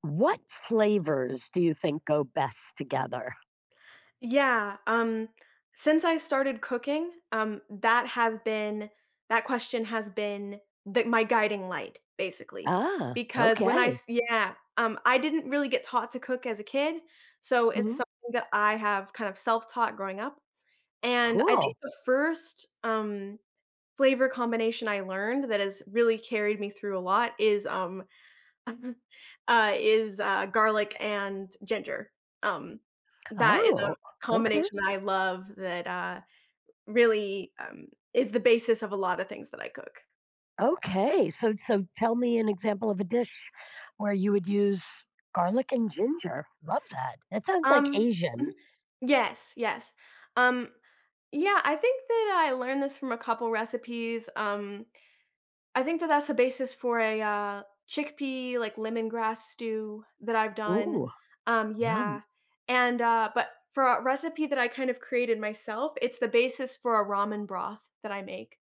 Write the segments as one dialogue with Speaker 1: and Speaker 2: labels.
Speaker 1: What flavors do you think go best together?
Speaker 2: Yeah, um, since I started cooking, that question has been the my guiding light, basically,
Speaker 1: Ah,
Speaker 2: because when I
Speaker 1: okay.
Speaker 2: s yeah, I didn't really get taught to cook as a kid, so it's
Speaker 1: Mhm.
Speaker 2: something that I have kind of self-taught growing up, and I think
Speaker 1: Cool.
Speaker 2: the first, flavor combination I learned that has really carried me through a lot is, garlic and ginger. Um, that is a
Speaker 1: Oh, okay.
Speaker 2: combination I love that, really, um, is the basis of a lot of things that I cook.
Speaker 1: Okay. So tell me an example of a dish where you would use garlic and ginger. Love that. That sounds like
Speaker 2: Um mhm.
Speaker 1: Asian.
Speaker 2: Yes, yes. Um, yeah, I think that I learned this from a couple recipes, I think that that's the basis for a, chickpea, like, lemongrass stew that I've done.
Speaker 1: Ooh,
Speaker 2: Um,
Speaker 1: yum.
Speaker 2: yeah, but for a recipe that I kind of created myself, it's the basis for a ramen broth that I make.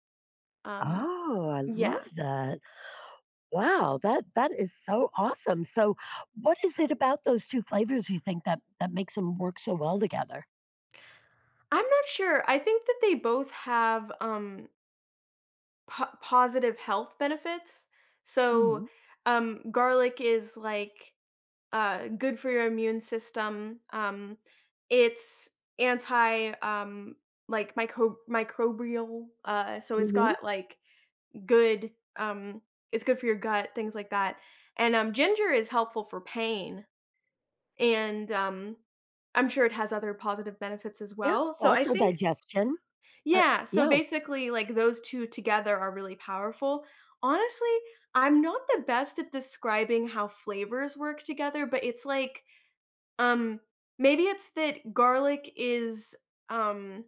Speaker 2: Um,
Speaker 1: Oh, I love
Speaker 2: yeah.
Speaker 1: that. Wow, that is so awesome. So what is it about those two flavors you think that makes them work so well together?
Speaker 2: I'm not sure. I think that they both have, po positive health benefits. So,
Speaker 1: Mhm.
Speaker 2: garlic is, like, good for your immune system. It's anti like microbial, so it's
Speaker 1: Mhm.
Speaker 2: got like good. It's good for your gut, things like that. And ginger is helpful for pain, and I'm sure it has other positive benefits as
Speaker 1: Yeah.
Speaker 2: well. So I
Speaker 1: Also
Speaker 2: think,
Speaker 1: digestion. Uh,
Speaker 2: yeah. So
Speaker 1: yeah,
Speaker 2: basically, like those two together are really powerful. Honestly, I'm not the best at describing how flavors work together, but it's like um, maybe it's that garlic is, um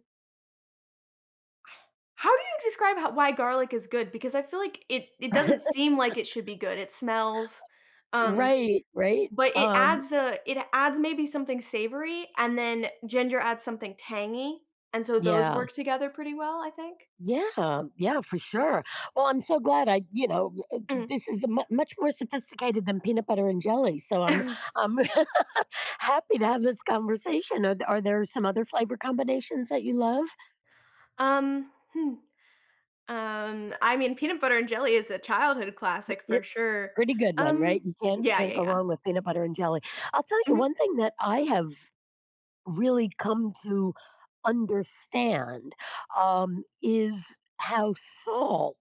Speaker 2: how do you describe how why garlic is good? Because I feel like it doesn't seem like it should be good. It smells, um,
Speaker 1: right, right,
Speaker 2: but it adds maybe something savory, and then ginger adds something tangy, and so those
Speaker 1: yeah,
Speaker 2: work together pretty well, I think.
Speaker 1: yeah, yeah, for sure. Well, I'm so glad
Speaker 2: Mm.
Speaker 1: this is a mu much more sophisticated than peanut butter and jelly, so I'm I'm happy to have this conversation. Are there some other flavor combinations that you love?
Speaker 2: Um, hmm, I mean, peanut butter and jelly is a childhood classic for
Speaker 1: It
Speaker 2: sure.
Speaker 1: pretty good one, right?
Speaker 2: Um,
Speaker 1: You can't
Speaker 2: yeah,
Speaker 1: can't
Speaker 2: yeah,
Speaker 1: go
Speaker 2: yeah.
Speaker 1: wrong with peanut butter and jelly. I'll tell you
Speaker 2: Mhm.
Speaker 1: one thing that I have really come to understand, is how salt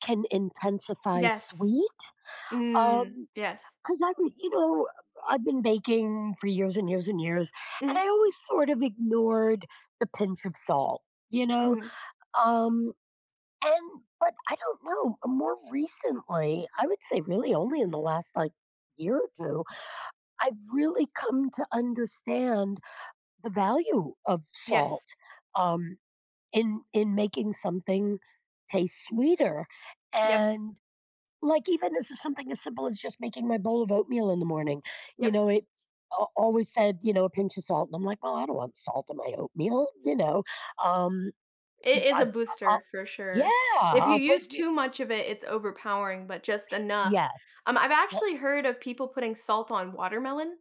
Speaker 1: can intensify
Speaker 2: Yes.
Speaker 1: sweet.
Speaker 2: Mm,
Speaker 1: Um,
Speaker 2: yes.
Speaker 1: because I, re- you know, I've been baking for years and years and years, and
Speaker 2: Mhm,
Speaker 1: I always sort of ignored the pinch of salt, you know.
Speaker 2: mhm.
Speaker 1: Um, and But I don't know. More recently, I would say really only in the last year or two, I've really come to understand the value of salt
Speaker 2: Yes.
Speaker 1: um, in making something taste sweeter.
Speaker 2: Yep,
Speaker 1: And like, even this is something as simple as just making my bowl of oatmeal in the morning. You
Speaker 2: yep.
Speaker 1: know, it Always said, a pinch of salt. And I'm like, well, I don't want salt in my oatmeal. Um,
Speaker 2: It is
Speaker 1: I,
Speaker 2: a booster
Speaker 1: I'll,
Speaker 2: for sure.
Speaker 1: yeah,
Speaker 2: If you
Speaker 1: I'll put
Speaker 2: use
Speaker 1: you,
Speaker 2: too much of it, it's overpowering, but just enough.
Speaker 1: yes.
Speaker 2: I've actually heard of people putting salt on watermelon.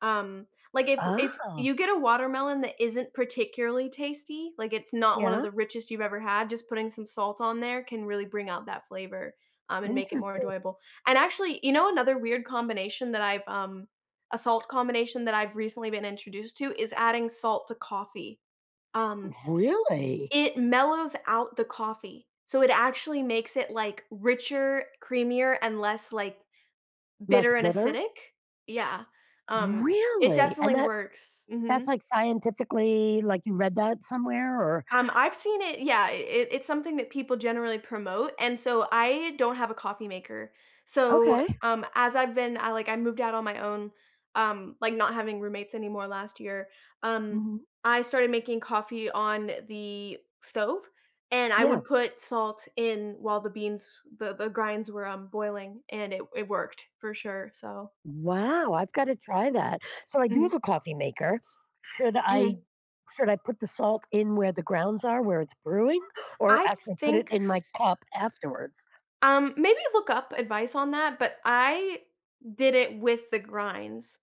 Speaker 2: Um, like if
Speaker 1: Ah,
Speaker 2: you get a watermelon that isn't particularly tasty, like it's not one of
Speaker 1: yeah,
Speaker 2: the richest you've ever had, just putting some salt on there can really bring out that flavor, and make it more
Speaker 1: interesting.
Speaker 2: enjoyable. And actually, you know another weird combination that I've a salt combination that I've recently been introduced to is adding salt to coffee. Um,
Speaker 1: Really?
Speaker 2: it mellows out the coffee. So it actually makes it like richer, creamier, and less like
Speaker 1: Less
Speaker 2: bitter and
Speaker 1: bitter?
Speaker 2: acidic? Yeah, um, it
Speaker 1: Really?
Speaker 2: definitely works,
Speaker 1: That's
Speaker 2: mhm.
Speaker 1: like scientifically, like you read that somewhere or,
Speaker 2: I've seen it yeah, it it's something that people generally promote, and so I don't have a coffee maker. So,
Speaker 1: okay.
Speaker 2: as I've been I, like I moved out on my own, like, not having roommates anymore last year, um,
Speaker 1: Mhm,
Speaker 2: I started making coffee on the stove, and I
Speaker 1: yeah.
Speaker 2: would put salt in while the grinds were, boiling, and it worked for sure, so
Speaker 1: Wow, I've gotta try that. So I do have
Speaker 2: mhm,
Speaker 1: a coffee maker. Should I
Speaker 2: mhm.
Speaker 1: should I put the salt in where the grounds are, where it's brewing, or
Speaker 2: I
Speaker 1: actually put it
Speaker 2: think
Speaker 1: in my
Speaker 2: s
Speaker 1: cup afterwards?
Speaker 2: maybe look up advice on that, but I did it with the grinds.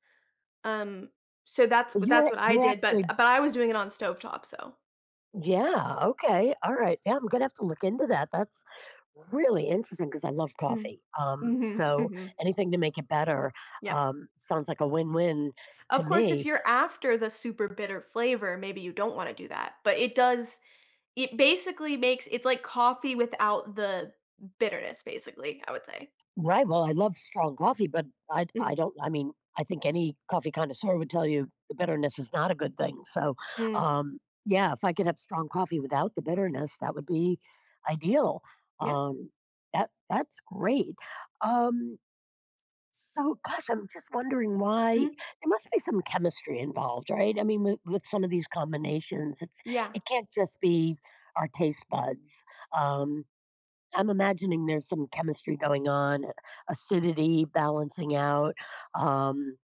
Speaker 2: Um, so that's what I
Speaker 1: You're
Speaker 2: did, but
Speaker 1: actually
Speaker 2: I was doing it on stovetop, so
Speaker 1: yeah, okay, all right. Yeah, I'm gonna have to look into that. That's really interesting because I love
Speaker 2: mm.
Speaker 1: coffee.
Speaker 2: Mhm,
Speaker 1: So
Speaker 2: mhm,
Speaker 1: anything to make it better
Speaker 2: yep.
Speaker 1: sounds like a win-win to
Speaker 2: Of course, if
Speaker 1: me.
Speaker 2: you're after the super bitter flavor, maybe you don't wanna do that, but it basically makes it's like coffee without the bitterness, basically, I would say.
Speaker 1: Right, well, I love strong coffee, but I
Speaker 2: Mm,
Speaker 1: I don't I mean, I think any coffee connoisseur would tell you the bitterness is not a good thing, so,
Speaker 2: mm,
Speaker 1: um, yeah, if I could have strong coffee without the bitterness, that would be ideal.
Speaker 2: yeah,
Speaker 1: Um, that's great. Um, so, gosh, I'm just wondering why
Speaker 2: mhm,
Speaker 1: there must be some chemistry involved, right? I mean, with some of these combinations, it's
Speaker 2: yeah,
Speaker 1: it can't just be our taste buds, um, I'm imagining there's some chemistry going on, acidity balancing out, um,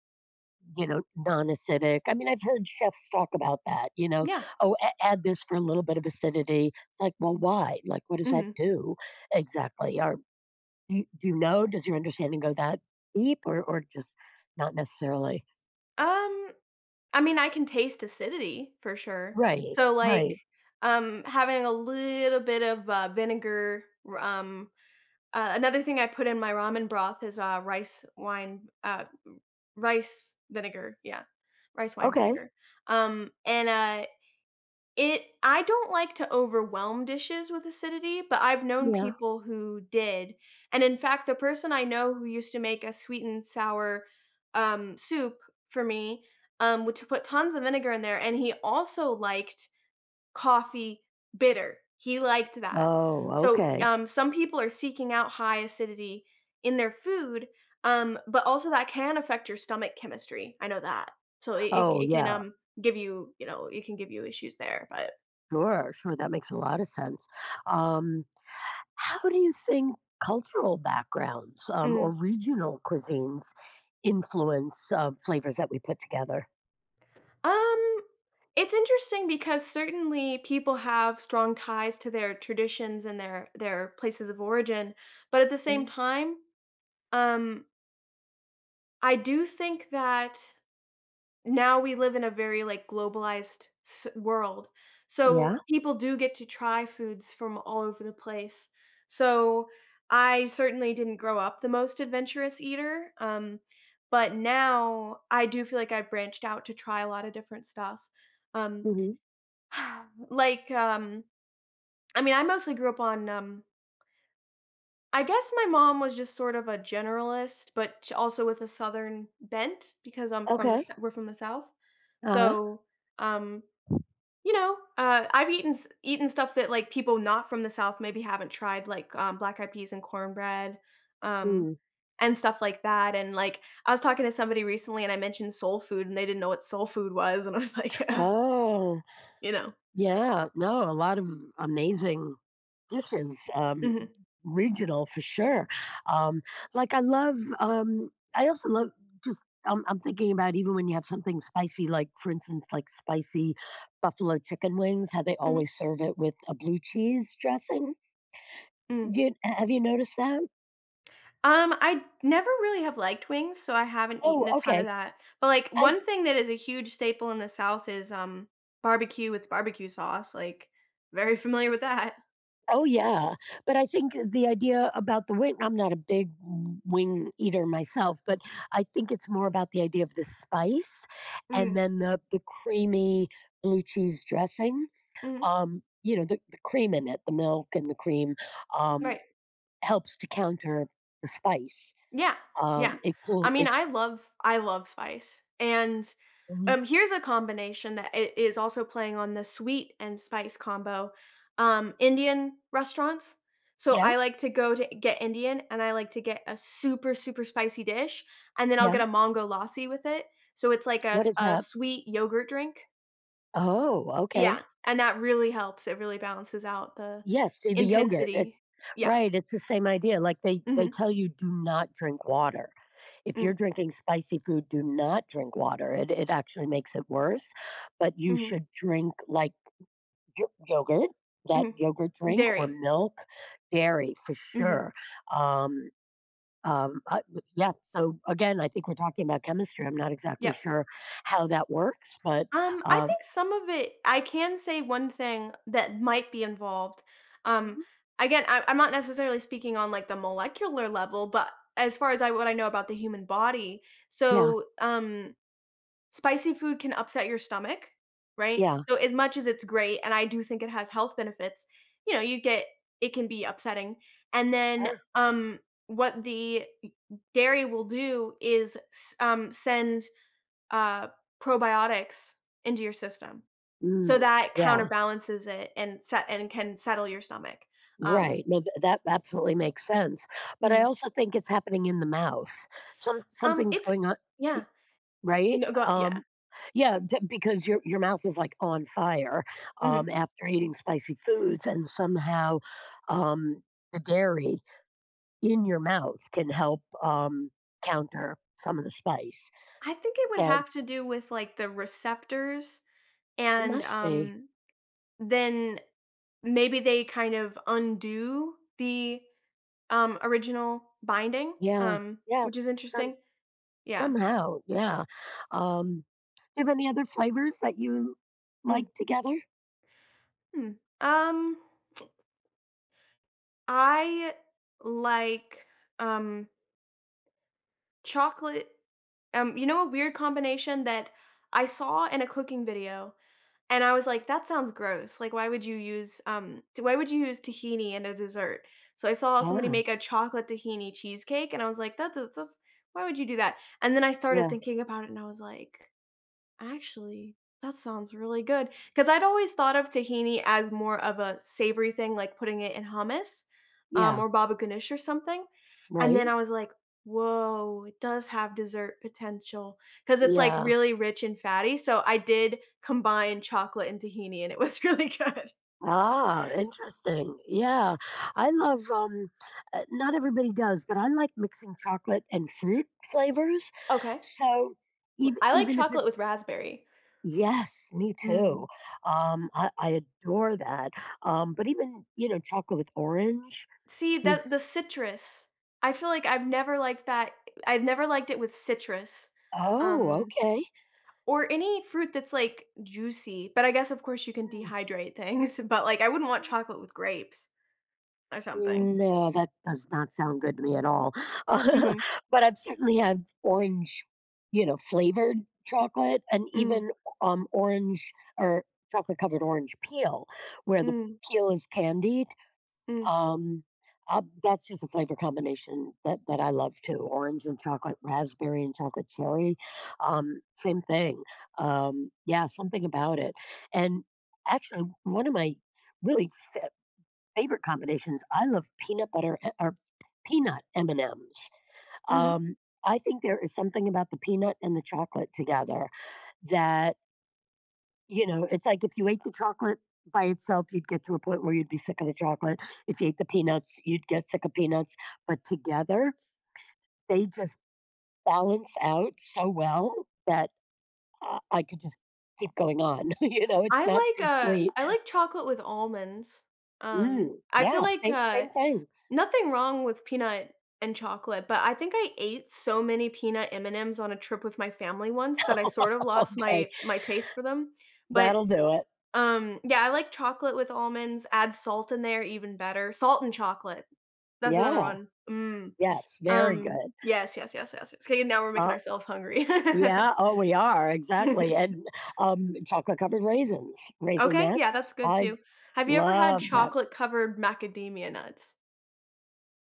Speaker 1: you know, non-acidic. I mean, I've heard chefs talk about that, you know,
Speaker 2: yeah,
Speaker 1: "Oh, add this for a little bit of acidity." It's like, "Well, why? Like, what does that
Speaker 2: mhm.
Speaker 1: do exactly?" Or do you know? Does your understanding go that deep or just not necessarily?
Speaker 2: Um I mean, I can taste acidity for sure.
Speaker 1: Right.
Speaker 2: So, like,
Speaker 1: Right.
Speaker 2: having a little bit of, vinegar, r another thing I put in my ramen broth is, rice vinegar, rice wine
Speaker 1: Okay.
Speaker 2: vinegar, um, and, uh, it I don't like to overwhelm dishes with acidity, but I've known
Speaker 1: Yeah.
Speaker 2: people who did, and in fact, the person I know who used to make a sweet and sour, soup for me, would to put tons of vinegar in there, and he also liked coffee bitter. He liked that.
Speaker 1: Oh,
Speaker 2: So,
Speaker 1: okay.
Speaker 2: some people are seeking out high acidity in their food, but also that can affect your stomach chemistry. I know that. So it it
Speaker 1: Oh,
Speaker 2: it can,
Speaker 1: yeah.
Speaker 2: give you you know, it can give you issues there, but
Speaker 1: Sure. Sure. That makes a lot of sense. Um, How do you think cultural backgrounds or
Speaker 2: mm.
Speaker 1: regional cuisines influence flavors that we put together?
Speaker 2: Um, it's interesting because certainly people have strong ties to their traditions and their places of origin, but at the same
Speaker 1: Mm.
Speaker 2: time, um, I do think that now we live in a very like globalized world, so
Speaker 1: Yeah.
Speaker 2: people do get to try foods from all over the place. So I certainly didn't grow up the most adventurous eater, but now I do feel like I've branched out to try a lot of different stuff. Um,
Speaker 1: Hmm.
Speaker 2: Like, I mean, I mostly grew up on, I guess my mom was just sort of a generalist, but also with a southern bent because I'm from the,
Speaker 1: Okay.
Speaker 2: sou- we're from the south.
Speaker 1: Uh huh.
Speaker 2: So, um, you know, I've eaten eaten stuff that like people not from the south maybe haven't tried, like black eyed peas and cornbread, um,
Speaker 1: Mm.
Speaker 2: and stuff like that. And like, I was talking to somebody recently, and I mentioned soul food, and they didn't know what soul food was, and I was like,
Speaker 1: Oh,
Speaker 2: you know,
Speaker 1: yeah. No, a lot of amazing this is
Speaker 2: hmm
Speaker 1: regional for sure. Um, like I love, I also love just. I'm thinking about even when you have something spicy, like for instance, like spicy buffalo chicken wings, how they always serve it with a blue cheese dressing.
Speaker 2: hmm
Speaker 1: Have you noticed that?
Speaker 2: I never really have liked wings, so I haven't
Speaker 1: Oh,
Speaker 2: eaten a ton of
Speaker 1: okay.
Speaker 2: that. But, like,
Speaker 1: I
Speaker 2: one thing that is a huge staple in the South is, barbecue with barbecue sauce, like, very familiar with that.
Speaker 1: oh, yeah. But I think the idea about the wing I'm not a big wing eater myself, but I think it's more about the idea of the spice and
Speaker 2: Mm,
Speaker 1: then the creamy blue cheese dressing.
Speaker 2: mhm,
Speaker 1: You know, the cream in it, the milk and the cream um,
Speaker 2: right.
Speaker 1: helps to counter the spice.
Speaker 2: Yeah, yeah.
Speaker 1: It
Speaker 2: I
Speaker 1: cool.
Speaker 2: mean,
Speaker 1: It,
Speaker 2: I love spice, and
Speaker 1: mhm.
Speaker 2: Here's a combination that is also playing on the sweet and spice combo. Indian restaurants. So I
Speaker 1: Yes.
Speaker 2: like to go to get Indian and I like to get a super, super spicy dish. And then I'll get
Speaker 1: Yeah.
Speaker 2: a mango lassi with it. So it's like
Speaker 1: What is
Speaker 2: a
Speaker 1: that?
Speaker 2: sweet yogurt drink.
Speaker 1: Oh,
Speaker 2: Yeah.
Speaker 1: okay.
Speaker 2: And that really helps. It really balances out the
Speaker 1: Yes, see the yogurt, it's
Speaker 2: intensity. Yeah.
Speaker 1: right, it's the same idea, like, they
Speaker 2: Mm-hmm.
Speaker 1: tell you do not drink water. If
Speaker 2: Mm-hmm.
Speaker 1: you're drinking spicy food, do not drink water, it actually makes it worse, but you
Speaker 2: Mm-hmm.
Speaker 1: should drink, like, yo yogurt, that yogurt
Speaker 2: Mm-hmm.
Speaker 1: drink or
Speaker 2: Dairy.
Speaker 1: milk, dairy for
Speaker 2: Mm-hmm.
Speaker 1: sure, um um, uh, yeah, so, again, I think we're talking about chemistry, I'm not exactly
Speaker 2: Yep.
Speaker 1: sure how that works, but,
Speaker 2: I
Speaker 1: um
Speaker 2: think some of it I can say one thing that might be involved. Um,
Speaker 1: mhm.
Speaker 2: again, I'm not necessarily speaking on like the molecular level, but as far as I what I know about the human body,
Speaker 1: Yeah,
Speaker 2: so spicy food can upset your stomach, right?
Speaker 1: yeah,
Speaker 2: So as much as it's great, and I do think it has health benefits, you know, you get it can be upsetting, and then
Speaker 1: sure.
Speaker 2: what the dairy will do is send uh, probiotics into your system. So
Speaker 1: Mm,
Speaker 2: that
Speaker 1: yeah.
Speaker 2: counterbalances it and set and can settle your stomach. Um,
Speaker 1: Right. No, that absolutely makes sense. But I
Speaker 2: mhm.
Speaker 1: also think it's happening in the mouth. Some something's
Speaker 2: It's
Speaker 1: going on, y-
Speaker 2: yeah.
Speaker 1: right?
Speaker 2: No, go yeah.
Speaker 1: Yeah, because your mouth is like on fire
Speaker 2: Mhm.
Speaker 1: after eating spicy foods, and somehow um, the dairy in your mouth can help counter some of the spice.
Speaker 2: I think it would
Speaker 1: So
Speaker 2: have to do with, like, the receptors
Speaker 1: it
Speaker 2: and,
Speaker 1: must be,
Speaker 2: then maybe they kind of undo the, original binding,
Speaker 1: yeah, yeah,
Speaker 2: which is
Speaker 1: some
Speaker 2: interesting. Yeah.
Speaker 1: somehow, yeah. Um, do you have any other flavors that you like
Speaker 2: Mm,
Speaker 1: together?
Speaker 2: hmm. Um, I like, um Chocolate you know a weird combination that I saw in a cooking video, and I was like, "That sounds gross. Like, why would you use why would you use tahini in a dessert?" So I saw somebody
Speaker 1: Yeah,
Speaker 2: make a chocolate tahini cheesecake, and I was like, that's why would you do that?" And then I started
Speaker 1: yeah,
Speaker 2: thinking about it, and I was like, actually, that sounds really good. Because 'cause I'd always thought of tahini as more of a savory thing, like putting it in hummus,
Speaker 1: yeah,
Speaker 2: or baba ganoush or something, and
Speaker 1: right?
Speaker 2: then I was like, "Whoa, it does have dessert potential, cause it's, like,
Speaker 1: Yeah.
Speaker 2: really rich and fatty, so I did combine chocolate and tahini, and it was really good.
Speaker 1: Ah, interesting. Yeah. I love not everybody does, but I like mixing chocolate and fruit flavors.
Speaker 2: Okay.
Speaker 1: So even
Speaker 2: I like
Speaker 1: even if
Speaker 2: chocolate
Speaker 1: it's
Speaker 2: with raspberry.
Speaker 1: yes, me too.
Speaker 2: Mm.
Speaker 1: I adore that. But even, you know, chocolate with orange
Speaker 2: See,
Speaker 1: is
Speaker 2: that the citrus, I feel like I've never liked that I've never liked it with citrus,
Speaker 1: oh,
Speaker 2: um,
Speaker 1: okay.
Speaker 2: or any fruit that's, like, juicy, but I guess, of course, you can
Speaker 1: Mm.
Speaker 2: dehydrate things, but, like, I wouldn't want chocolate with grapes or something.
Speaker 1: No, that does not sound good to me at all.
Speaker 2: Mhm.
Speaker 1: But I've certainly had orange, you know, flavored chocolate and
Speaker 2: Mm.
Speaker 1: even, orange or chocolate covered orange peel where the
Speaker 2: Mm.
Speaker 1: peel is candied.
Speaker 2: Mm.
Speaker 1: Um, that's just a flavor combination that I love too. Orange and chocolate, raspberry and chocolate cherry. Same thing. Yeah, something about it. And actually, one of my really favorite combinations. I love peanut butter e- or peanut M and M's.
Speaker 2: Mhm.
Speaker 1: Um, I think there is something about the peanut and the chocolate together that you know. It's like if you ate the chocolate by itself, you'd get to a point where you'd be sick of the chocolate. If you ate the peanuts, you'd get sick of peanuts. But together, they just balance out so well that I could just keep going on. You know, it's not too sweet.
Speaker 2: I like chocolate with almonds. Um,
Speaker 1: Mm,
Speaker 2: I feel
Speaker 1: yeah,
Speaker 2: like,
Speaker 1: same
Speaker 2: uh
Speaker 1: same thing.
Speaker 2: nothing wrong with peanut and chocolate, but I think I ate so many peanut M&Ms on a trip with my family once that I sort of lost
Speaker 1: okay,
Speaker 2: my taste for them, but,
Speaker 1: that'll do it.
Speaker 2: yeah, I like chocolate with almonds, add salt in there, even better. Salt and chocolate. That's another
Speaker 1: Yeah.
Speaker 2: one. Mm.
Speaker 1: Yes, very good.
Speaker 2: Yes, yes, yes, yes, yes. Okay, now we're making
Speaker 1: Uh,
Speaker 2: ourselves hungry.
Speaker 1: yeah, oh, we are, exactly, and, chocolate covered raisins,
Speaker 2: Okay,
Speaker 1: Raisinette,
Speaker 2: yeah, that's good
Speaker 1: I
Speaker 2: too. Have you ever had
Speaker 1: love that.
Speaker 2: chocolate-covered macadamia nuts?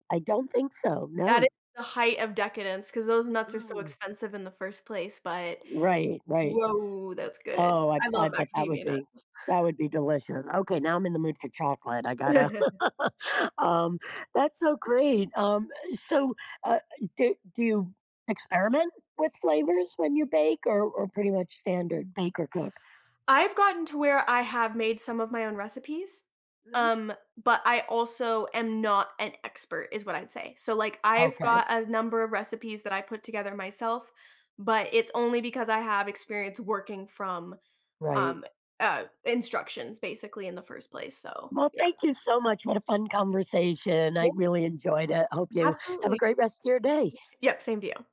Speaker 1: I don't think so,
Speaker 2: That
Speaker 1: no.
Speaker 2: is the height of decadence because those nuts are so
Speaker 1: Mm,
Speaker 2: expensive in the first place, but
Speaker 1: right, right.
Speaker 2: whoa, that's good.
Speaker 1: Oh,
Speaker 2: I
Speaker 1: I
Speaker 2: love
Speaker 1: bet
Speaker 2: macadamia nuts.
Speaker 1: that would be delicious. Okay, now I'm in the mood for chocolate, I gotta um, that's so great, so, uh, do you experiment with flavors when you bake or pretty much standard bake or cook?
Speaker 2: I've gotten to where I have made some of my own recipes,
Speaker 1: Mhm.
Speaker 2: um, but I also am not an expert is what I'd say. So, like, I've
Speaker 1: Okay,
Speaker 2: got a number of recipes that I put together myself, but it's only because I have experience working from
Speaker 1: right.
Speaker 2: um, instructions basically in the first place. So,
Speaker 1: Well,
Speaker 2: yeah.
Speaker 1: thank you so much. What a fun conversation. I
Speaker 2: Yeah,
Speaker 1: really enjoyed it. Hope you have a
Speaker 2: absolutely.
Speaker 1: great rest of your day.
Speaker 2: Yep, same to you.